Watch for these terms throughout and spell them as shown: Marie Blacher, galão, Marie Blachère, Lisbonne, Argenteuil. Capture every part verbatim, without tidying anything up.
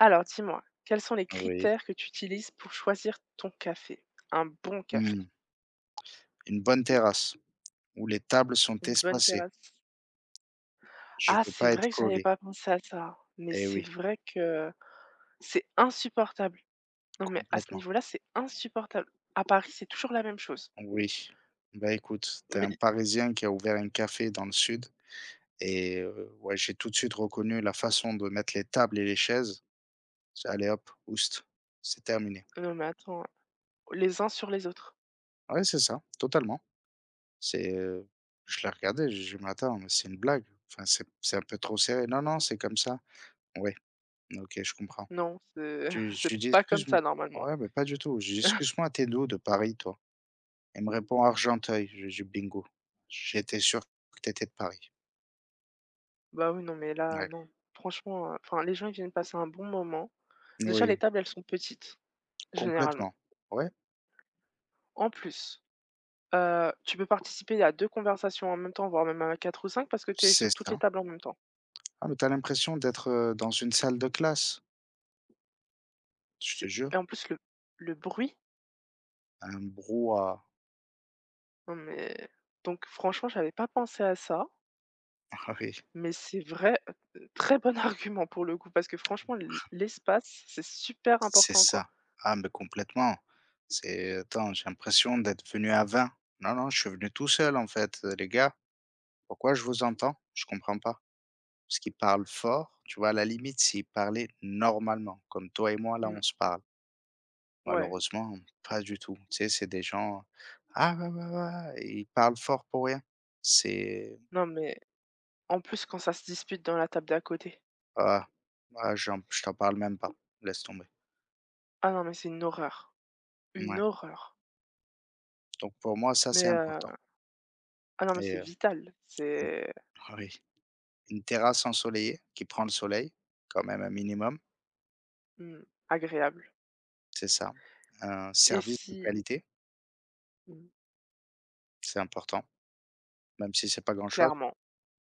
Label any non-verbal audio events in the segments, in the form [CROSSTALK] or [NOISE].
Alors, dis-moi, quels sont les Oui. critères que tu utilises pour choisir ton café? Un bon café, Mmh. Une bonne terrasse où les tables sont une bonne espacées. terrasse? Je Ah, veux c'est pas être vrai que j'avais collé. pas pensé à ça, mais Eh c'est oui, vrai que c'est insupportable. Non, mais à ce complètement. niveau-là, c'est insupportable. À Paris, c'est toujours la même chose. Oui. Bah, écoute, t'es un Mais Parisien qui a ouvert un café dans le sud et heu, ouais, j'ai tout de suite reconnu la façon de mettre les tables et les chaises. C'est allez hop, oust, c'est terminé. non, mais attends, les uns sur les autres. Ouais, c'est ça, totalement. C'est, heu, je l'ai regardé, j'ai dit: «Mais attends, mais c'est une blague? Enfin, c'est c'est un peu trop serré». «Non, non, c'est comme ça». Ouais, OK, je comprends. Non, c'est Je lui [LAUGHS] je c'est lui dis: pas comme «Excuse-moi». ça normalement. Ouais, mais pas du tout. Je lui dis: «Excuse-moi, t'es es d'où de Paris, toi?» Il me répond: «Argenteuil». Je lui dis: «Bingo, j'étais sûr que t'étais de Paris». Bah oui, non, mais là, Ouais, non. Franchement, euh, enfin, les gens ils viennent passer un bon moment. Déjà, les oui, tables, elles sont petites, généralement. complètement. Ouais, En plus, Heu, tu peux participer à deux conversations en même temps, voire même à quatre ou cinq, parce que tu es c'est sur toutes les ça. tables en même temps. Ah, mais t'as l'impression d'être, heu, dans une salle de classe, je te C'est jure. et en plus le le bruit, Un brouhaha. non mais donc franchement, j'avais pas pensé à ça, [LAUGHS] Ah oui, mais c'est vrai, heu, très bon [LAUGHS] argument pour le coup parce que franchement l l'espace, c'est super c'est important quoi. ça. Ah, mais complètement. C'est attends, j'ai l'impression d'être venu à vingt. Non, non, je suis venu tout seul, en fait, heu, les gars. Pourquoi je vous entends? Je comprends pas. Parce qu'ils parle fort, tu vois? À la limite, s'ils parlaient normalement, comme toi et moi, là, on Mmh, se parle. ouais. Malheureusement, pas du tout. Tu sais, c'est des gens: «Ah ouais, ouais, ouais» et ils parlent fort pour rien. C'est Non mais en plus quand ça se dispute dans la table d'à côté. ah, ah, j'en je t'en parle même pas, laisse tomber. Ah non mais c'est une horreur, une Ouais. horreur. Donc pour moi, ça, Mais, c'est important heu, ah non mais et c'est heu, vital, une c'est, [LAUGHS] oui, une terrasse ensoleillée qui prend le soleil, quand même un minimum, mmh, agréable c'est ça. Un et service de si qualité, mmh, c'est important, même si c'est pas grand-chose, clairement,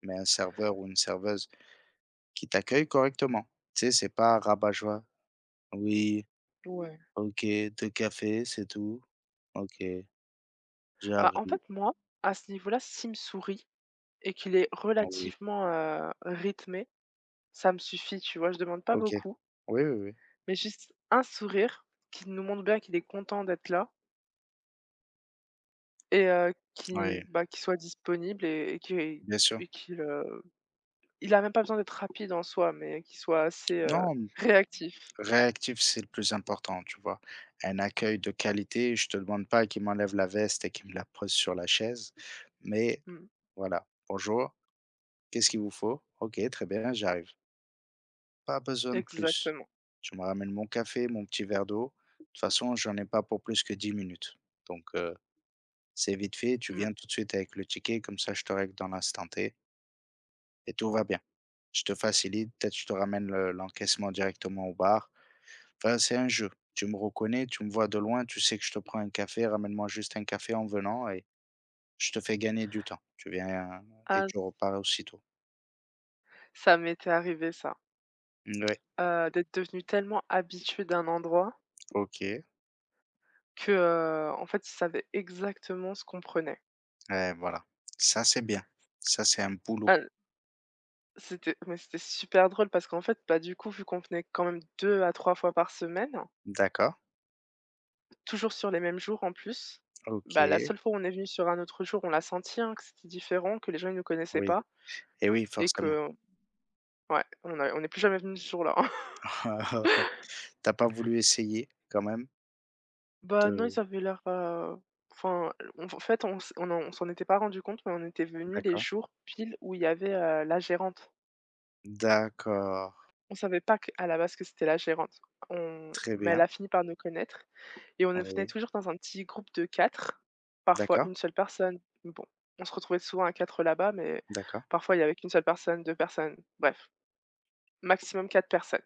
mais un serveur ou une serveuse qui t'accueille correctement. Tu sais, c'est pas rabat-joie. Oui, ouais. OK, deux cafés, c'est tout. OK, Bah, en j'arrive. fait, moi, à ce niveau-là, s'il me sourit et qu'il est Ah oui, relativement, heu, rythmé, ça me suffit, tu vois? Je demande pas OK. beaucoup, Oui, oui, oui. mais juste un sourire qui nous montre bien qu'il est content d'être là et heu, qui, Oui, bah, qu'il soit disponible et et qu'il bien sûr. et qu'il, heu, il a même pas besoin d'être rapide en soi, mais qu'il soit assez, heu, Non, réactif. réactif, c'est le plus important, tu vois? Un accueil de qualité, je te demande pas qu'il m'enlève la veste et qu'il me la pose sur la chaise, mais Mmh. voilà: «Bonjour, qu'est-ce qu'il vous faut? OK, très bien, j'arrive». Pas besoin de plus. Exactement. Tu me ramènes mon café, mon petit verre d'eau. De toute façon, j'en ai pas pour plus que dix minutes. donc heu C'est vite fait, tu Mmh. viens tout de suite avec le ticket, comme ça je te règle dans l'instant T et tout va bien. Je te facilite, peut-être je te ramène le- l'encaissement directement au bar. Enfin, c'est un jeu. Tu me reconnais, tu me vois de loin, tu sais que je te prends un café, ramène-moi juste un café en venant et je te fais gagner du temps. Tu viens et Ah, tu repars aussitôt. ça m'était arrivé ça, Oui, heu, d'être devenu tellement habitué d'un endroit OK. que, heu, en fait, il savait exactement ce qu'on prenait. Eh, voilà. Ça, c'est bien. Ça, c'est un boulot. Ah, c'était mais c'était super drôle parce qu'en fait, bah, du coup, vu qu'on venait quand même deux à trois fois par semaine, D'accord. toujours sur les mêmes jours en plus, OK. bah, la seule fois où on est venu sur un autre jour, on l'a senti, hein, que c'était différent, que les gens ils nous connaissaient Oui. pas Et oui, et forcément. que ouais, on a on est plus jamais venu ce jour-là. [LAUGHS] [LAUGHS] T'as pas voulu essayer quand même Bah, non, ils de... avaient l'air, heu, enfin, on en fait, on s on en on s'en était pas rendu compte, mais on était venu les D'accord. jours pile où il y avait, heu, la gérante. D'accord, On savait pas que- à la base que c'était la gérante. On très mais elle bien. a fini par nous connaître et on venait Oui, toujours dans un petit groupe de quatre parfois d'accord, une seule personne. Bon, on se retrouvait souvent à quatre là-bas, mais d'accord, parfois il y avait qu'une seule personne, deux personnes, bref, maximum quatre personnes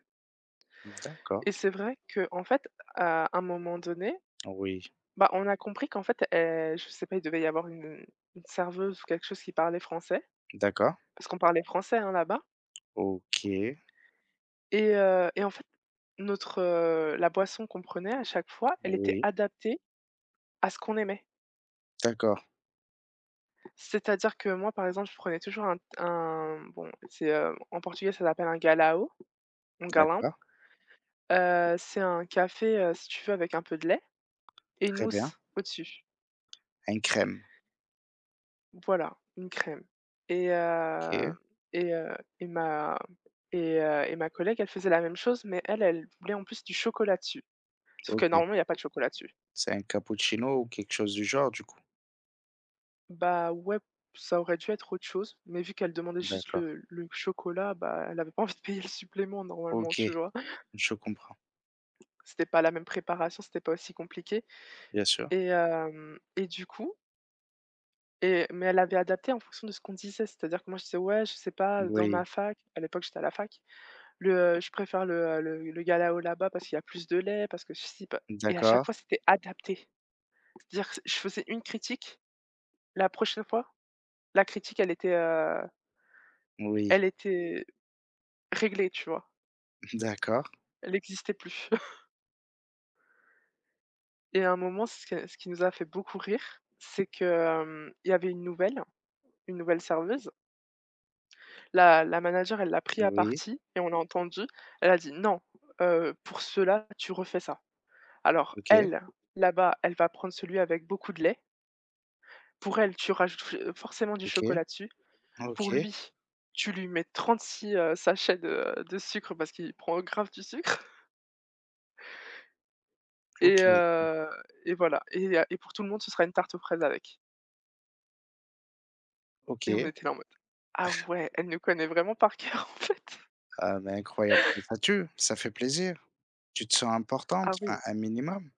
et d'accord, c'est vrai que en fait, à un moment donné, oui, bah, on a compris qu'en fait, heu, je sais pas, il devait y avoir une une serveuse ou quelque chose qui parlait français, d'accord, parce qu'on parlait français, hein, là-bas OK, et heu et en fait, notre, heu la boisson qu'on prenait à chaque fois, elle était oui, adaptée à ce qu'on aimait. d'accord, C'est-à-dire que moi, par exemple, je prenais toujours un un bon, c'est, heu, en portugais, ça s'appelle un galao, un galão. d'accord, Heu, c'est un café, heu, si tu veux, avec un peu de lait et une très bien. mousse au-dessus. Un crème, Voilà, une crème et heu OK, et heu et ma et heu et ma collègue, elle faisait la même chose, mais elle, elle voulait en plus du chocolat dessus. Sauf que OK. normalement, il y a pas de chocolat dessus. C'est un cappuccino ou quelque chose du genre, du coup? Bah, ouais, ça aurait dû être autre chose, mais vu qu'elle demandait juste D'accord, le le chocolat, bah, elle avait pas envie de payer le supplément normalement, OK, tu vois? je comprends, C'était pas la même préparation, c'était pas aussi compliqué bien sûr. et hem et du coup et mais elle avait adapté en fonction de ce qu'on disait. C'est-à-dire que moi, je disais: «Ouais, je sais pas, dans ma Oui, fac» à l'époque, j'étais à la fac, le, heu, je préfère le, heu, le le galao là-bas parce qu'il y a plus de lait, parce que ceci, pa et à chaque d'accord, fois, c'était adapté. C'est-à-dire que je faisais une critique, la prochaine fois, la critique, elle était, heu, oui, elle était réglée, tu vois? [LAUGHS] d'accord, Elle n'existait plus [LAUGHS] et à un moment, ce que ce qui nous a fait beaucoup rire, c'est que, hem, il y avait une nouvelle, une nouvelle serveuse. La la manager, elle l'a pris à oui, partie et on a entendu. Elle a dit: «Non, heu, pour cela tu refais ça». Alors OK, elle, là-bas, elle va prendre celui avec beaucoup de lait. Pour elle, tu rajoutes f forcément du OK, chocolat dessus. Pour OK, lui, tu lui mets trente-six, heu, sachets de de sucre parce qu'il prend grave du sucre et OK, heu et voilà et heu et pour tout le monde, ce sera une tarte aux fraises avec. Et on OK. était là en mode: «Ah ouais, elle nous connaît vraiment par cœur, [LAUGHS] en fait». Ah, mais incroyable, ça tue, ça fait plaisir. Tu te sens Ah importante, enfin, oui, un minimum.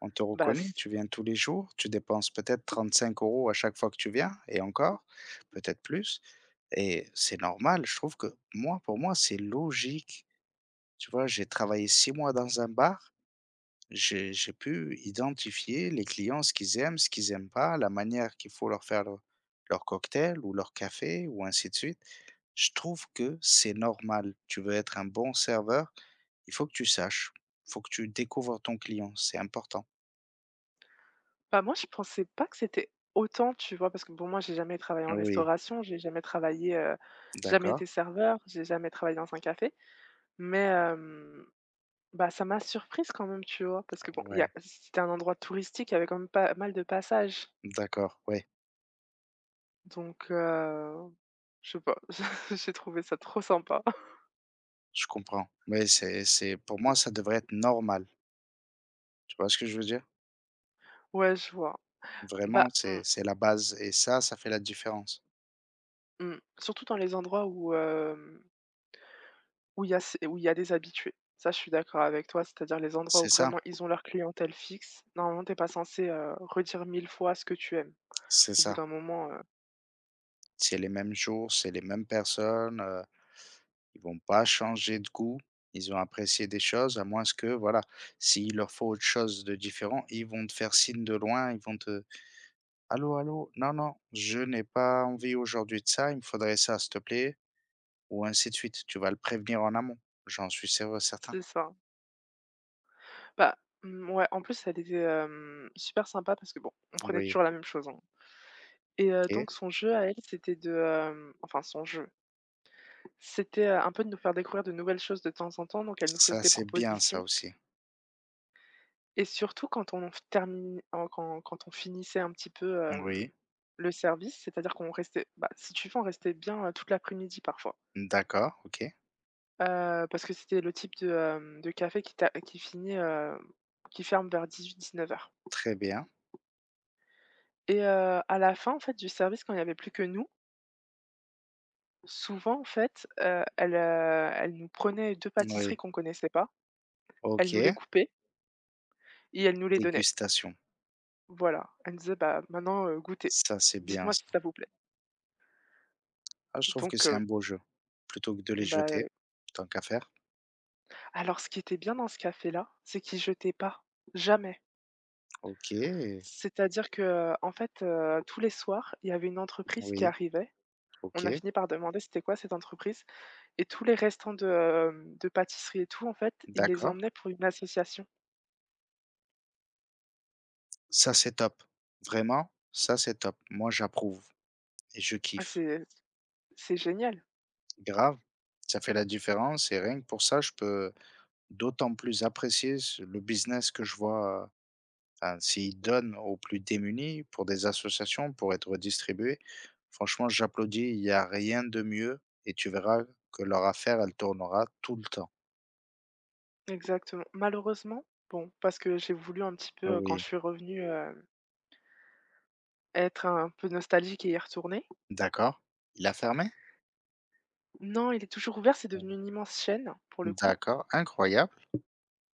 On te bah reconnaît, tu viens tous les jours, tu dépenses peut-être trente-cinq euros à chaque fois que tu viens et encore, peut-être plus et c'est normal. Je trouve que moi, pour moi, c'est logique. Tu vois, j'ai travaillé six mois dans un bar, j'ai j'ai pu identifier les clients, ce qu'ils aiment, ce qu'ils n'aiment pas, la manière qu'il faut leur faire leur leur cocktail ou leur café ou ainsi de suite. Je trouve que c'est normal. Tu veux être un bon serveur, il faut que tu saches, il faut que tu découvres ton client, c'est important. Bah, moi, je pensais pas que c'était autant, tu vois? Parce que bon, moi, j'ai jamais travaillé en Oui, restauration, j'ai jamais travaillé, heu, j'ai jamais d'accord. été serveur, j'ai jamais travaillé dans un café. Mais, hem, bah, ça m'a surprise quand même, tu vois? Parce que bon, il y a Ouais, c'était un endroit touristique, il y avait quand même pas mal de passages. d'accord, ouais, Donc, heu, je sais pas, [LAUGHS] j'ai trouvé ça trop sympa. je comprends. Ouais, c'est c'est pour moi, ça devrait être normal. Tu vois ce que je veux dire? Ouais, je vois. Bah, Vraiment, mmh, c'est c'est la base et ça, ça fait la différence. mmh, surtout dans les endroits où, Où il y a c'est où il y a des habitués. Ça, je suis d'accord avec toi, c'est-à-dire les endroits où C'est ça, vraiment ils ont leur clientèle fixe. Normalement, t'es pas censé, heu, redire mille fois ce que tu aimes. c'est Au bout ça. d'un moment, heu C'est les mêmes jours, c'est les mêmes personnes, euh, ils vont pas changer de goût, ils ont apprécié des choses, à moins que, voilà, s'il leur faut autre chose de différent, ils vont te faire signe de loin, ils vont te... Allô, allô, non, non, je n'ai pas envie aujourd'hui de ça, il me faudrait ça, s'il te plaît, ou ainsi de suite. Tu vas le prévenir en amont, j'en suis sûr certain. c'est ça. Bah, mmh, ouais, en plus, elle était, hem, super sympa parce que bon, on prenait Oui, toujours la même chose, hein et heu, OK. donc son jeu à elle, c'était de, hem enfin son jeu, c'était, heu, un peu de nous faire découvrir de nouvelles choses de temps en temps, donc elle nous faisait Ça, des c'est bien ça propositions. aussi. Et surtout quand on f termine en quand quand on finissait un petit peu, hem, Oui, le service, c'est-à-dire qu'on restait bah, si tu veux, on restait bien, heu, toute l'après-midi parfois. d'accord, OK. Heu, parce que c'était le type de, hem, de café qui ta qui finit, heu, qui ferme vers dix-huit dix-neuf heures Très bien. et heu, à la fin, en fait, du service, quand il y avait plus que nous, souvent, en fait, heu, elle, heu, elle nous prenait deux pâtisseries Oui, qu'on connaissait pas, elle nous les OK. coupait et elle nous les donnait. Dégustation. Voilà. Elle nous disait: «Bah, maintenant, heu, goûtez. Ça, c'est bien Dites-moi ça. si ça vous plaît». Ah, je trouve que Donc c'est un heu, beau jeu. Plutôt que de les bah jeter, tant qu'à faire. Alors, ce qui était bien dans ce café-là, c'est qu'il jetait pas, jamais. OK, C'est-à-dire que, euh, en fait, heu, tous les soirs, il y avait une entreprise qui oui, arrivait. On OK, a fini par demander c'était quoi cette entreprise et tous les restants de, hem, de pâtisserie et tout, en fait, ils les d'accord. emmenaient pour une association. Ça, c'est top. Vraiment, ça, c'est top. Moi, j'approuve et je Ah, kiffe. c'est c'est génial. Grave. Ça fait la différence et rien que pour ça, je peux d'autant plus apprécier ce- le business que je vois. Enfin, s'ils donnent aux plus démunis pour des associations, pour être distribués, franchement, j'applaudis. Il y a rien de mieux et tu verras que leur affaire, elle tournera tout le temps. Exactement. Malheureusement, bon, parce que j'ai voulu un petit Ah peu, heu, quand je oui, suis revenue, heu, être un peu nostalgique et y retourner. d'accord. Il a fermé? Non, il est toujours ouvert, c'est devenu Mmh. une immense chaîne, pour le coup. D'accord, incroyable.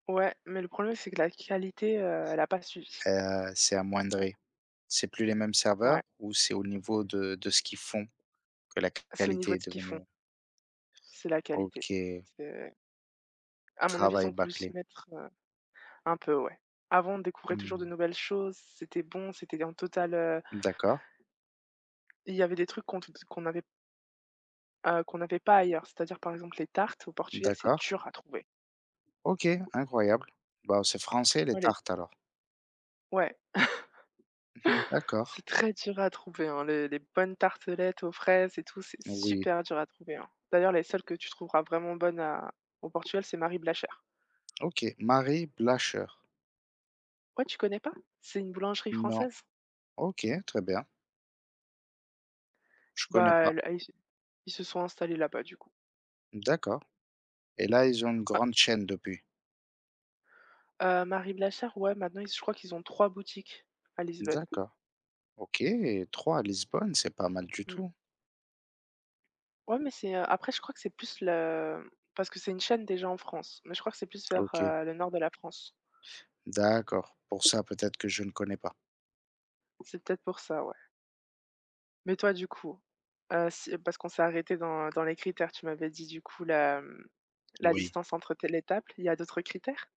Ouais, mais le problème, c'est que la qualité, heu, elle a pas suivi. Heu, c'est amoindri. C'est plus les mêmes Ouais, serveurs ou c'est au niveau de de ce qu'ils font que la c'est au niveau qualité de est ce qu'ils font, devenue. c'est la qualité. OK, C'est à mon avis, ils travail ont voulu se bâclé. mettre, heu, un peu, ouais. Avant, on découvrait toujours de Mmh. nouvelles choses, c'était bon, c'était en total, heu, D'accord, il y avait des trucs qu'on qu'on avait, heu, qu'on n'avait pas ailleurs. C'est-à-dire, par exemple, les tartes au Portugal, c'est d'accord. dur à trouver. OK, incroyable. Bah, c'est français les Ouais, les tartes alors. ouais, [LAUGHS] D'accord. c'est très dur à trouver, hein, les les bonnes tartelettes aux fraises et tout, c'est Oui, super dur à trouver, hein. D'ailleurs, les seules que tu trouveras vraiment bonnes à au Portugal, c'est Marie Blachère. OK. Marie Blacher. Ouais, tu connais pas? C'est une boulangerie Non. française? OK, très bien. Je connais Bah, pas. elle ah, ils se sont installés là-bas, du coup. D'accord. Et là, ils ont une Bah, grande chaîne depuis. heu, Marie de ouais, maintenant, ils je crois qu'ils ont trois boutiques à Lisbonne. D'accord. OK, trois à Lisbonne, c'est pas mal du Mmh. tout. Ouais, mais c'est, heu, après, je crois que c'est plus le parce que c'est une chaîne déjà en France, mais je crois que c'est plus vers, OK, heu, le nord de la France. d'accord. Pour ça, peut-être que je ne connais pas. C'est peut-être pour ça, ouais. Mais toi, du coup, heu, si parce qu'on s'est arrêté dans dans les critères, tu m'avais dit, du coup, la, mmh, la Oui, distance entre tes les tables. Il y a d'autres critères?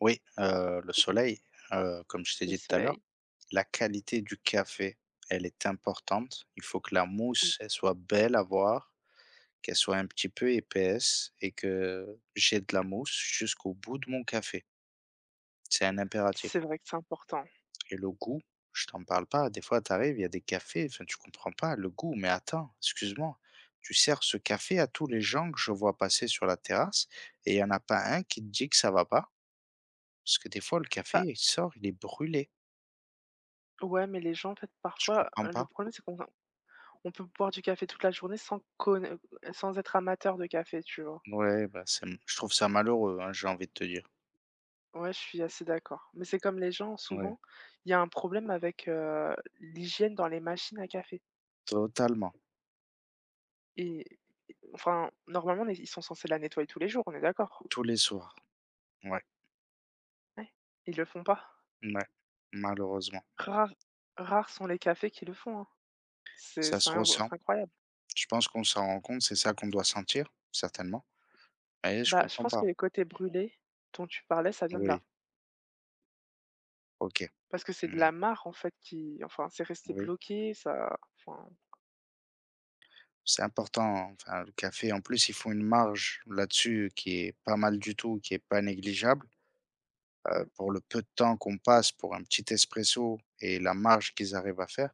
oui, heu, le soleil, heu, comme je t'ai Le dit tout à l'heure, soleil. la qualité du café, elle est importante. Il faut que la Mmh. mousse, elle soit belle à voir, qu'elle soit un petit peu épaisse et que j'ai de la mousse jusqu'au bout de mon café. C'est un C'est impératif vrai que c'est important. et le goût, je t'en parle pas. Des fois, tu arrives, il y a des cafés, enfin, tu comprends pas le goût. Mais attends, excuse-moi, tu sers ce café à tous les gens que je vois passer sur la terrasse et il y en a pas un qui te dit que ça va pas. Parce que des fois, le café, Bah, il sort, il est brûlé. ouais, mais les gens, en fait, Je parfois, comprends heu, le pas. problème, c'est qu'on on peut boire du café toute la journée sans conna sans être amateur de café, tu vois? Ouais, bah, c'est je trouve ça malheureux, hein, j'ai envie de te dire. Ouais, je suis assez d'accord. Mais c'est comme les gens, Ouais, souvent, il y a un problème avec, heu, l'hygiène dans les machines à café totalement, et enfin, normalement, les ils sont censés la nettoyer tous les jours, on est d'accord? tous les soirs. Ouais, Ouais, ils le font pas. ouais, malheureusement. Rares rares sont les cafés qui le font, hein. C'est Ça c'est se inv ressent. c'est incroyable. Je pense qu'on s'en rend compte, c'est ça qu'on doit sentir, certainement. Mais je Bah, je comprends pense que pas. les côtés brûlés dont tu parlais, ça vient de Oui, là. OK. Parce que c'est de Mmh, la mare en fait qui enfin c'est resté oui, bloqué, ça enfin c'est important, enfin, le café, en plus, ils font une marge là-dessus qui est pas mal du tout, qui est pas négligeable, heu, mmh. pour le peu de temps qu'on passe pour un petit espresso et la marge qu'ils arrivent à faire,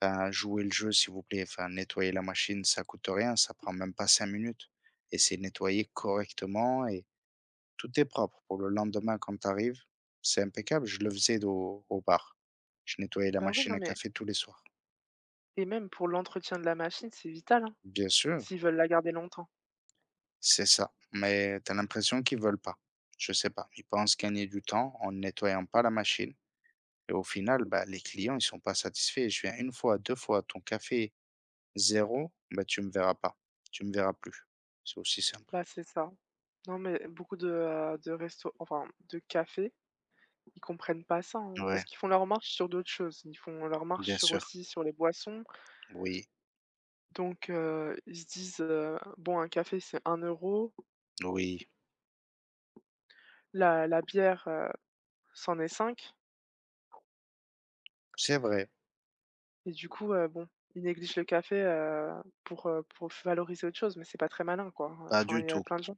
ben, jouez le jeu s'il vous plaît, enfin, nettoyer la machine, ça coûte rien, ça prend même pas cinq minutes et c'est nettoyé correctement et tout est propre pour le lendemain quand tu arrives, c'est impeccable. Je le faisais au au bar. Je nettoyais la Bah, oui, machine non à mais café tous les soirs. et même pour l'entretien de la machine, c'est vital, hein, Bien sûr. s'ils veulent la garder longtemps. C'est ça, mais tu as l'impression qu'ils veulent pas. Je sais pas, ils pensent gagner du temps en ne nettoyant pas la machine. Et au final, bah, les clients, ils sont pas satisfaits. Je viens une fois, deux fois, ton café zéro, bah, tu me verras pas. Tu me verras plus. C'est aussi simple. Bah, c'est ça. Non mais beaucoup de, heu, de restos enfin de cafés, ils comprennent pas ça, hein, parce Ouais, qu'ils font leur marche sur d'autres choses. Ils font leur marche bien sur sûr. aussi sur les boissons. Oui, Donc, heu, ils se disent, heu: «Bon, un café, c'est un euro oui, la la bière, heu, c'en est cinq c'est vrai. et du coup, heu, bon, ils négligent le café, heu, pour, heu, pour valoriser autre chose, mais c'est pas très malin, quoi, hein. Pas Enfin, du il y a tout. plein de gens